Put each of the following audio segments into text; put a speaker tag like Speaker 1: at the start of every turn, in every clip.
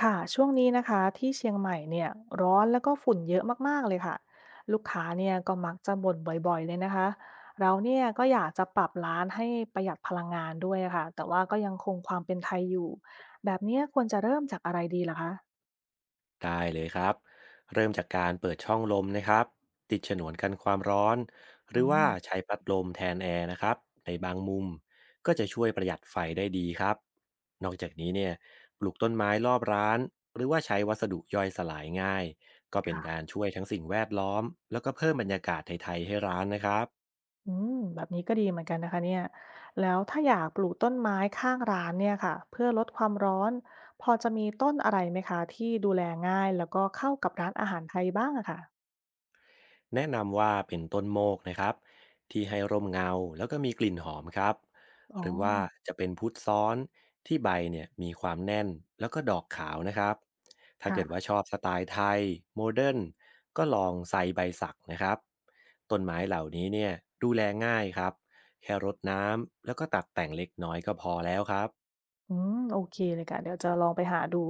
Speaker 1: ค่ะช่วงนี้นะคะที่เชียงใหม่เนี่ยร้อนแล้วก็ฝุ่นเยอะมากๆเลยค่ะลูกค้าเนี่ยก็มักจะบ่นบ่อยๆเลยนะคะเราเนี่ยก็อยากจะปรับร้านให้ประหยัดพลังงานด้วยค่ะแต่ว่าก็ยังคงความเป็นไทยอยู่แบบเนี้ยควรจะเริ่มจากอะไรดีล่ะคะ
Speaker 2: ได้เลยครับเริ่มจากการเปิดช่องลมนะครับติดฉนวนกันความร้อนหรื
Speaker 1: อื
Speaker 2: อว่า
Speaker 1: ม
Speaker 2: ใช้พัดลมแทนแอร์นะครับในบางมุมก็จะช่วยประหยัดไฟได้ดีครับนอกจากนี้เนี่ยปลูกต้นไม้รอบร้านหรือว่าใช้วัสดุย่อยสลายง่ายก็เป็นกา
Speaker 1: ค่ะ
Speaker 2: รช่วยทั้งสิ่งแวดล้อมแล้วก็เพิ่มบรรยากาศไทยๆให้ร้านนะครับ
Speaker 1: อืมแบบนี้ก็ดีเหมือนกันนะคะเนี่ยแล้วถ้าอยากปลูกต้นไม้ข้างร้านเนี่ยค่ะเพื่อลดความร้อนพอจะมีต้นอะไรไหมคะที่ดูแลง่ายแล้วก็เข้ากับร้านอาหารไทยบ้างอะค่ะ
Speaker 2: แนะนำว่าเป็นต้นโมกนะครับที่ให้ร่มเงาแล้วก็มีกลิ่นหอมครับ
Speaker 1: อ๋อ
Speaker 2: หรือว่าจะเป็นพุทธซ้อนที่ใบเนี่ยมีความแน่นแล้วก็ดอกขาวนะครับถ้าเกิดว่า
Speaker 1: ค่ะ
Speaker 2: ชอบสไตล์ไทยโมเดิร์นก็ลองไซใบสักนะครับต้นไม้เหล่านี้เนี่ยดูแลง่ายครับแค่รดน้ำแล้วก็ตัดแต่งเล็กน้อยก็พอแล้วครับ
Speaker 1: อืมโอเคเลยค่ะเดี๋ยวจะลองไปหาดู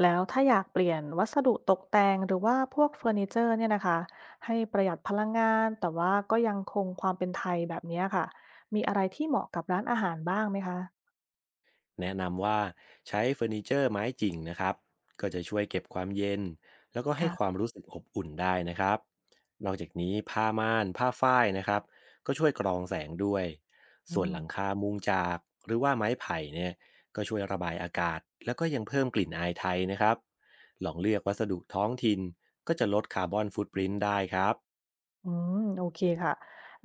Speaker 1: แล้วถ้าอยากเปลี่ยนวัสดุตกแต่งหรือว่าพวกเฟอร์นิเจอร์เนี่ยนะคะให้ประหยัดพลังงานแต่ว่าก็ยังคงความเป็นไทยแบบเนี้ยค่ะมีอะไรที่เหมาะกับร้านอาหารบ้างไหมคะ
Speaker 2: แนะนำว่าใช้เฟอร์นิเจอร์ไม้จริงนะครับก็จะช่วยเก็บความเย็นแล้วก็ให้ความ
Speaker 1: ค่ะ
Speaker 2: รู้สึกอบอุ่นได้นะครับนอกจากนี้ผ้าม่านผ้าฝ้ายนะครับก็ช่วยกรองแสงด้วย
Speaker 1: อื
Speaker 2: ส่วน
Speaker 1: ม
Speaker 2: หลังคามุงจากหรือว่าไม้ไผ่เนี่ยก็ช่วยระบายอากาศแล้วก็ยังเพิ่มกลิ่นอายไทยนะครับลองเลือกวัสดุท้องถิ่นก็จะลดคาร์บอนฟุตปรินท์ได้ครับ
Speaker 1: อืมโอเคค่ะ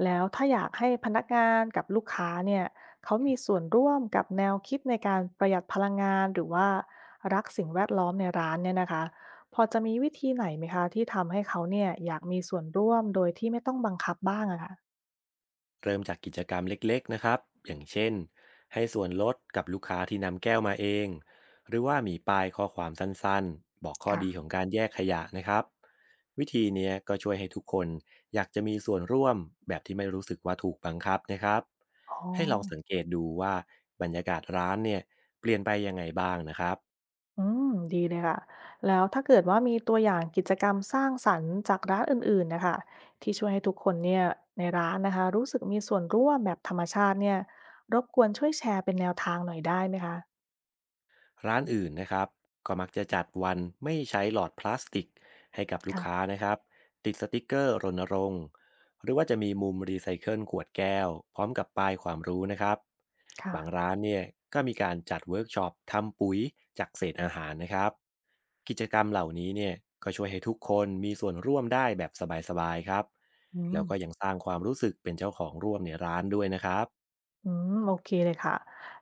Speaker 1: แล้วถ้าอยากให้พนักงานกับลูกค้าเนี่ยเขามีส่วนร่วมกับแนวคิดในการประหยัดพลังงานหรือว่ารักสิ่งแวดล้อมในร้านเนี่ยนะคะพอจะมีวิธีไหนไหมคะที่ทำให้เขาเนี่ยอยากมีส่วนร่วมโดยที่ไม่ต้องบังคับบ้างอะค่ะ
Speaker 2: เริ่มจากกิจกรรมเล็กๆนะครับอย่างเช่น ให้ส่วนลดกับลูกค้าที่นำแก้วมาเอง หรือว่ามีป้ายข้อความสั้นๆ บอกข้อดีข
Speaker 1: ค่ะ
Speaker 2: องการแยกขยะนะครับวิธีเนี้ยก็ช่วยให้ทุกคนอยากจะมีส่วนร่วมแบบที่ไม่รู้สึกว่าถูกบังคับนะครับ
Speaker 1: อ๋อ
Speaker 2: ให้ลองสังเกตดูว่าบรรยากาศร้านเนี่ยเปลี่ยนไปยังไงบ้างนะครับ
Speaker 1: อืมดีเลยค่ะแล้วถ้าเกิดว่ามีตัวอย่างกิจกรรมสร้างสรรค์จากร้านอื่นๆนะคะที่ช่วยให้ทุกคนเนี่ยในร้านนะคะรู้สึกมีส่วนร่วมแบบธรรมชาติเนี่ยรบกวนช่วยแชร์เป็นแนวทางหน่อยได้ไหมคะ
Speaker 2: ร้านอื่นนะครับก็มักจะจัดวันไม่ใช้หลอดพลาสติกให้กับลูกค้า
Speaker 1: ค่ะ
Speaker 2: นะครับติดสติกเกอร์รณรงค์หรือว่าจะมีมุมรีไซเคิลขวดแก้วพร้อมกับป้ายความรู้นะครับ
Speaker 1: ค่ะ
Speaker 2: บางร้านเนี่ยก็มีการจัดเวิร์กช็อปทำปุ๋ยจากเศษอาหารนะครับกิจกรรมเหล่านี้เนี่ยก็ช่วยให้ทุกคนมีส่วนร่วมได้แบบสบายๆครับ
Speaker 1: อืม
Speaker 2: แล้วก็ยังสร้างความรู้สึกเป็นเจ้าของร่วมในร้านด้วยนะครับ
Speaker 1: อืมโอเคเลยค่ะ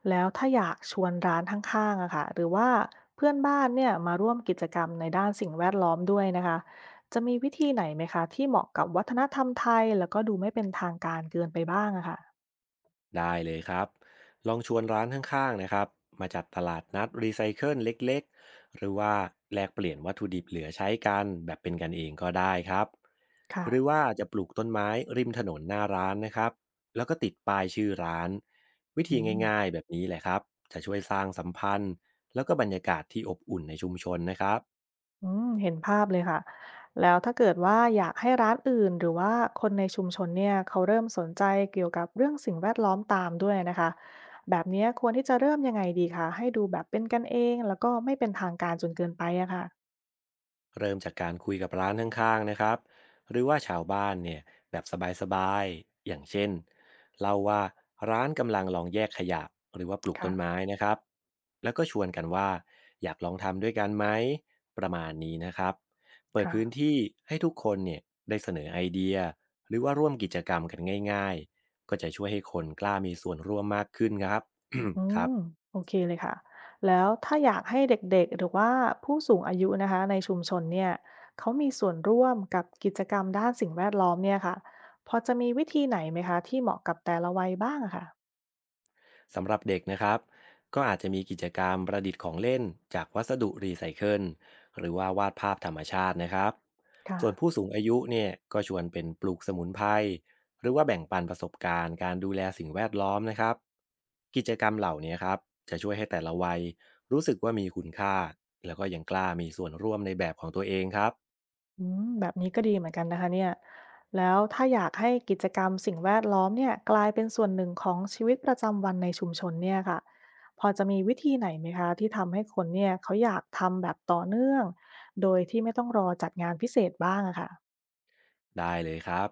Speaker 1: แล้วถ้าอยากชวนร้านข้างๆอะค่ะหรือว่าเพื่อนบ้านเนี่ยมาร่วมกิจกรรมในด้านสิ่งแวดล้อมด้วยนะคะจะมีวิธีไหนไหมคะที่เหมาะกับวัฒนธรรมไทยแล้วก็ดูไม่เป็นทางการเกินไปบ้างอะค่ะ
Speaker 2: ได้เลยครับลองชวนร้านข้างๆนะครับมาจัดตลาดนัดรีไซเคิลเล็กๆหรือว่าแลกเปลี่ยนวัตถุดิบเหลือใช้กันแบบเป็นกันเองก็ได้ครับ
Speaker 1: ค่ะ
Speaker 2: หรือว่าจะปลูกต้นไม้ริมถนนหน้าร้านนะครับแล้วก็ติดป้ายชื่อร้านวิธี
Speaker 1: อืม
Speaker 2: ง่ายๆแบบนี้แหละครับจะช่วยสร้างสัมพันธ์แล้วก็บรรยากาศที่อบอุ่นในชุมชนนะครับ
Speaker 1: อืมเห็นภาพเลยค่ะ แล้วถ้าเกิดว่าอยากให้ร้านอื่นหรือว่าคนในชุมชนเนี่ยเขาเริ่มสนใจเกี่ยวกับเรื่องสิ่งแวดล้อมตามด้วยนะคะ แบบเนี้ยควรที่จะเริ่มยังไงดีคะ ให้ดูแบบเป็นกันเองแล้วก็ไม่เป็นทางการจนเกินไปอะค่ะ
Speaker 2: เริ่มจากการคุยกับร้านข้างๆนะครับหรือว่าชาวบ้านเนี่ยแบบสบายๆอย่างเช่นเล่าว่าร้านกำลังลองแยกขยะหรือว่าปลูกต้นไม้
Speaker 1: ค่ะ
Speaker 2: นะครับแล้วก็ชวนกันว่าอยากลองทำด้วยกันไหมประมาณนี้นะครับเปิด
Speaker 1: ค่ะ
Speaker 2: พื้นที่ให้ทุกคนเนี่ยได้เสนอไอเดียหรือว่าร่วมกิจกรรมกันง่ายๆก็จะช่วยให้คนกล้ามีส่วนร่วมมากขึ้นครับ
Speaker 1: อื
Speaker 2: ครับ
Speaker 1: มโอเคเลยค่ะแล้วถ้าอยากให้เด็กๆหรือว่าผู้สูงอายุนะคะในชุมชนเนี่ยเขามีส่วนร่วมกับกิจกรรมด้านสิ่งแวดล้อมเนี่ยค่ะพอจะมีวิธีไหนไหมคะที่เหมาะกับแต่ละวัยบ้างอะค่ะ
Speaker 2: สำหรับเด็กนะครับก็อาจจะมีกิจกรรมประดิษฐ์ของเล่นจากวัสดุรีไซเคิลหรือว่าวาดภาพธรรมชาตินะครับ
Speaker 1: ค่ะ
Speaker 2: ส่วนผู้สูงอายุเนี่ยก็ชวนเป็นปลูกสมุนไพรหรือว่าแบ่งปันประสบการณ์การดูแลสิ่งแวดล้อมนะครับกิจกรรมเหล่านี้ครับจะช่วยให้แต่ละวัยรู้สึกว่ามีคุณค่าแล้วก็ยังกล้ามีส่วนร่วมในแบบของตัวเองครับ
Speaker 1: อืมแบบนี้ก็ดีเหมือนกันนะคะเนี่ยแล้วถ้าอยากให้กิจกรรมสิ่งแวดล้อมเนี่ยกลายเป็นส่วนหนึ่งของชีวิตประจำวันในชุมชนเนี่ยค่ะพอจะมีวิธีไหนไหมคะที่ทำให้คนเนี่ยเขาอยากทำแบบต่อเนื่อง โดยที่ไม่ต้องรอจัดงานพิเศษบ้างอะค่ะ
Speaker 2: ได้เลยครับ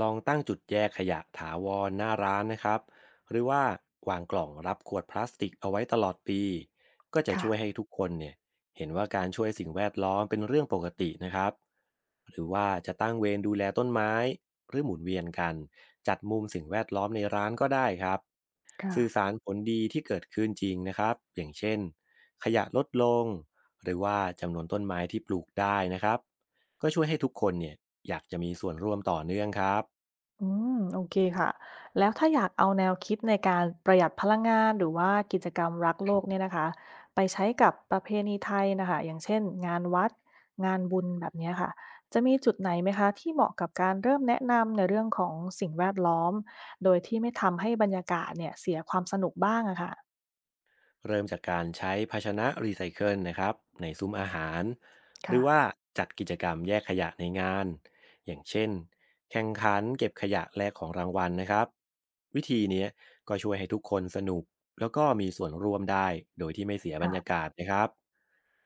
Speaker 2: ลองตั้งจุดแยกขยะถาวรหน้าร้านนะครับหรือว่าวางกล่องรับขวดพลาสติกเอาไว้ตลอดปีก็จะ
Speaker 1: ค่ะ
Speaker 2: ช่วยให้ทุกคนเนี่ยเห็นว่าการช่วยสิ่งแวดล้อมเป็นเรื่องปกตินะครับหรือว่าจะตั้งเวรดูแลต้นไม้หรือหมุนเวียนกันจัดมุมสิ่งแวดล้อมในร้านก็ได้ครับ
Speaker 1: ค่ะ
Speaker 2: สื่อสารผลดีที่เกิดขึ้นจริงนะครับอย่างเช่นขยะลดลงหรือว่าจำนวนต้นไม้ที่ปลูกได้นะครับ ก็ช่วยให้ทุกคนเนี่ยอยากจะมีส่วนร่วมต่อเนื่องครับ
Speaker 1: อืมโอเคค่ะแล้วถ้าอยากเอาแนวคิดในการประหยัดพลังงานหรือว่ากิจกรรมรักโลกเนี่ยนะคะไปใช้กับประเพณีไทยนะคะอย่างเช่นงานวัดงานบุญแบบเนี้ยค่ะจะมีจุดไหนไหมคะที่เหมาะกับการเริ่มแนะนำในเรื่องของสิ่งแวดล้อมโดยที่ไม่ทำให้บรรยากาศเนี่ยเสียความสนุกบ้างอะค่ะ
Speaker 2: เริ่มจากการใช้ภาชนะรีไซเคิลนะครับในซุ้มอาหารหรื
Speaker 1: ค่ะ
Speaker 2: อว่าจัดกิจกรรมแยกขยะในงานอย่างเช่นแข่งขันเก็บขยะแลกของรางวัลนะครับวิธีเนี้ยก็ช่วยให้ทุกคนสนุกแล้วก็มีส่วนร่วมได้โดยที่ไม่เสียบรรยา
Speaker 1: ค่ะ
Speaker 2: กาศนะครับ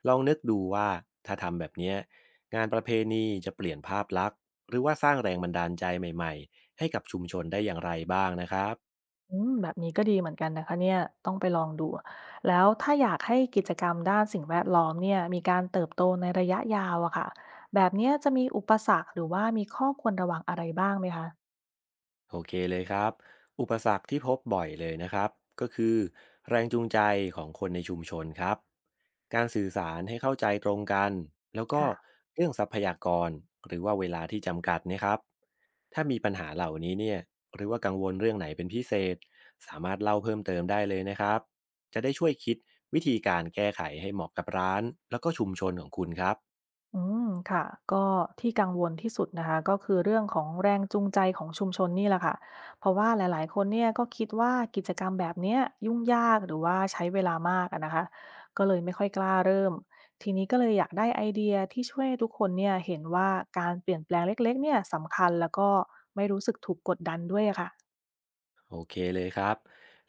Speaker 2: ลองนึกดูว่าถ้าทำแบบเนี้ยงานประเพณีจะเปลี่ยนภาพลักษณ์หรือว่าสร้างแรงบันดาลใจใหม่ๆให้กับชุมชนได้อย่างไรบ้างนะครับ
Speaker 1: อืมแบบนี้ก็ดีเหมือนกันนะคะเนี่ยต้องไปลองดูแล้วถ้าอยากให้กิจกรรมด้านสิ่งแวดล้อมเนี่ยมีการเติบโตในระยะยาวอะค่ะแบบเนี้ยจะมีอุปสรรคหรือว่ามีข้อควรระวังอะไรบ้างไหมคะ
Speaker 2: โอเคเลยครับอุปสรรคที่พบบ่อยเลยนะครับก็คือแรงจูงใจของคนในชุมชนครับการสื่อสารให้เข้าใจตรงกันแล้วก็
Speaker 1: ค่ะ
Speaker 2: เรื่องทรัพยากรหรือว่าเวลาที่จำกัดนะครับถ้ามีปัญหาเหล่านี้เนี่ยหรือว่ากังวลเรื่องไหนเป็นพิเศษสามารถเล่าเพิ่มเติมได้เลยนะครับจะได้ช่วยคิดวิธีการแก้ไขให้เหมาะกับร้านแล้วก็ชุมชนของคุณครับ
Speaker 1: อืมค่ะก็ที่กังวลที่สุดนะคะก็คือเรื่องของแรงจูงใจของชุมชนนี่แหละค่ะเพราะว่าหลายๆคนเนี่ยก็คิดว่ากิจกรรมแบบเนี้ยยุ่งยากหรือว่าใช้เวลามากอะนะคะก็เลยไม่ค่อยกล้าเริ่มทีนี้ก็เลยอยากได้ไอเดียที่ช่วยให้ทุกคนเนี่ยเห็นว่าการเปลี่ยนแปลงเล็กๆเนี่ยสำคัญแล้วก็ไม่รู้สึกถูกกดดันด้วยอะค่ะ
Speaker 2: โอเคเลยครับ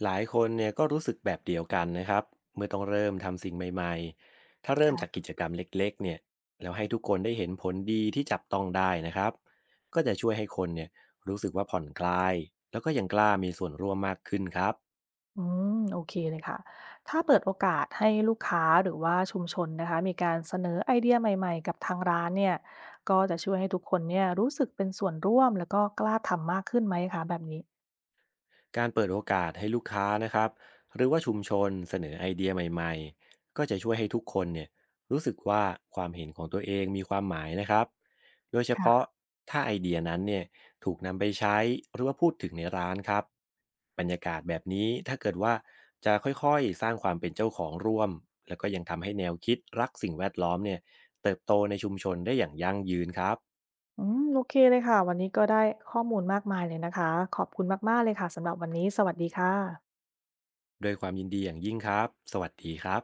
Speaker 2: หลายคนเนี่ยก็รู้สึกแบบเดียวกันนะครับเมื่อต้องเริ่มทำสิ่งใหม่ๆถ้าเริ่มจากกิจกรรมเล็กๆเนี่ยแล้วให้ทุกคนได้เห็นผลดีที่จับต้องได้นะครับก็จะช่วยให้คนเนี่ยรู้สึกว่าผ่อนคลาย แล้วก็ยังกล้ามีส่วนร่วมมากขึ้นครับ
Speaker 1: อืมโอเคเลยค่ะถ้าเปิดโอกาสให้ลูกค้าหรือว่าชุมชนนะคะมีการเสนอไอเดียใหม่ๆกับทางร้านเนี่ยก็จะช่วยให้ทุกคนเนี่ยรู้สึกเป็นส่วนร่วมแล้วก็กล้าทำมากขึ้นไหมคะแบบนี้
Speaker 2: การเปิดโอกาสให้ลูกค้านะครับหรือว่าชุมชนเสนอไอเดียใหม่ๆก็จะช่วยให้ทุกคนเนี่ยรู้สึกว่าความเห็นของตัวเองมีความหมายนะครับโดยเฉพาะ
Speaker 1: ค่ะ
Speaker 2: ถ้าไอเดียนั้นเนี่ยถูกนำไปใช้หรือว่าพูดถึงในร้านครับบรรยากาศแบบนี้ถ้าเกิดว่าจะค่อยๆสร้างความเป็นเจ้าของร่วมแล้วก็ยังทำให้แนวคิดรักสิ่งแวดล้อมเนี่ยเติบโตในชุมชนได้อย่างยั่งยืนครับ
Speaker 1: อืมโอเคเลยค่ะวันนี้ก็ได้ข้อมูลมากมายเลยนะคะขอบคุณมากๆเลยค่ะสำหรับวันนี้สวัสดีค่ะ
Speaker 2: โดวยความยินดีอย่างยิ่งครับสวัสดีครับ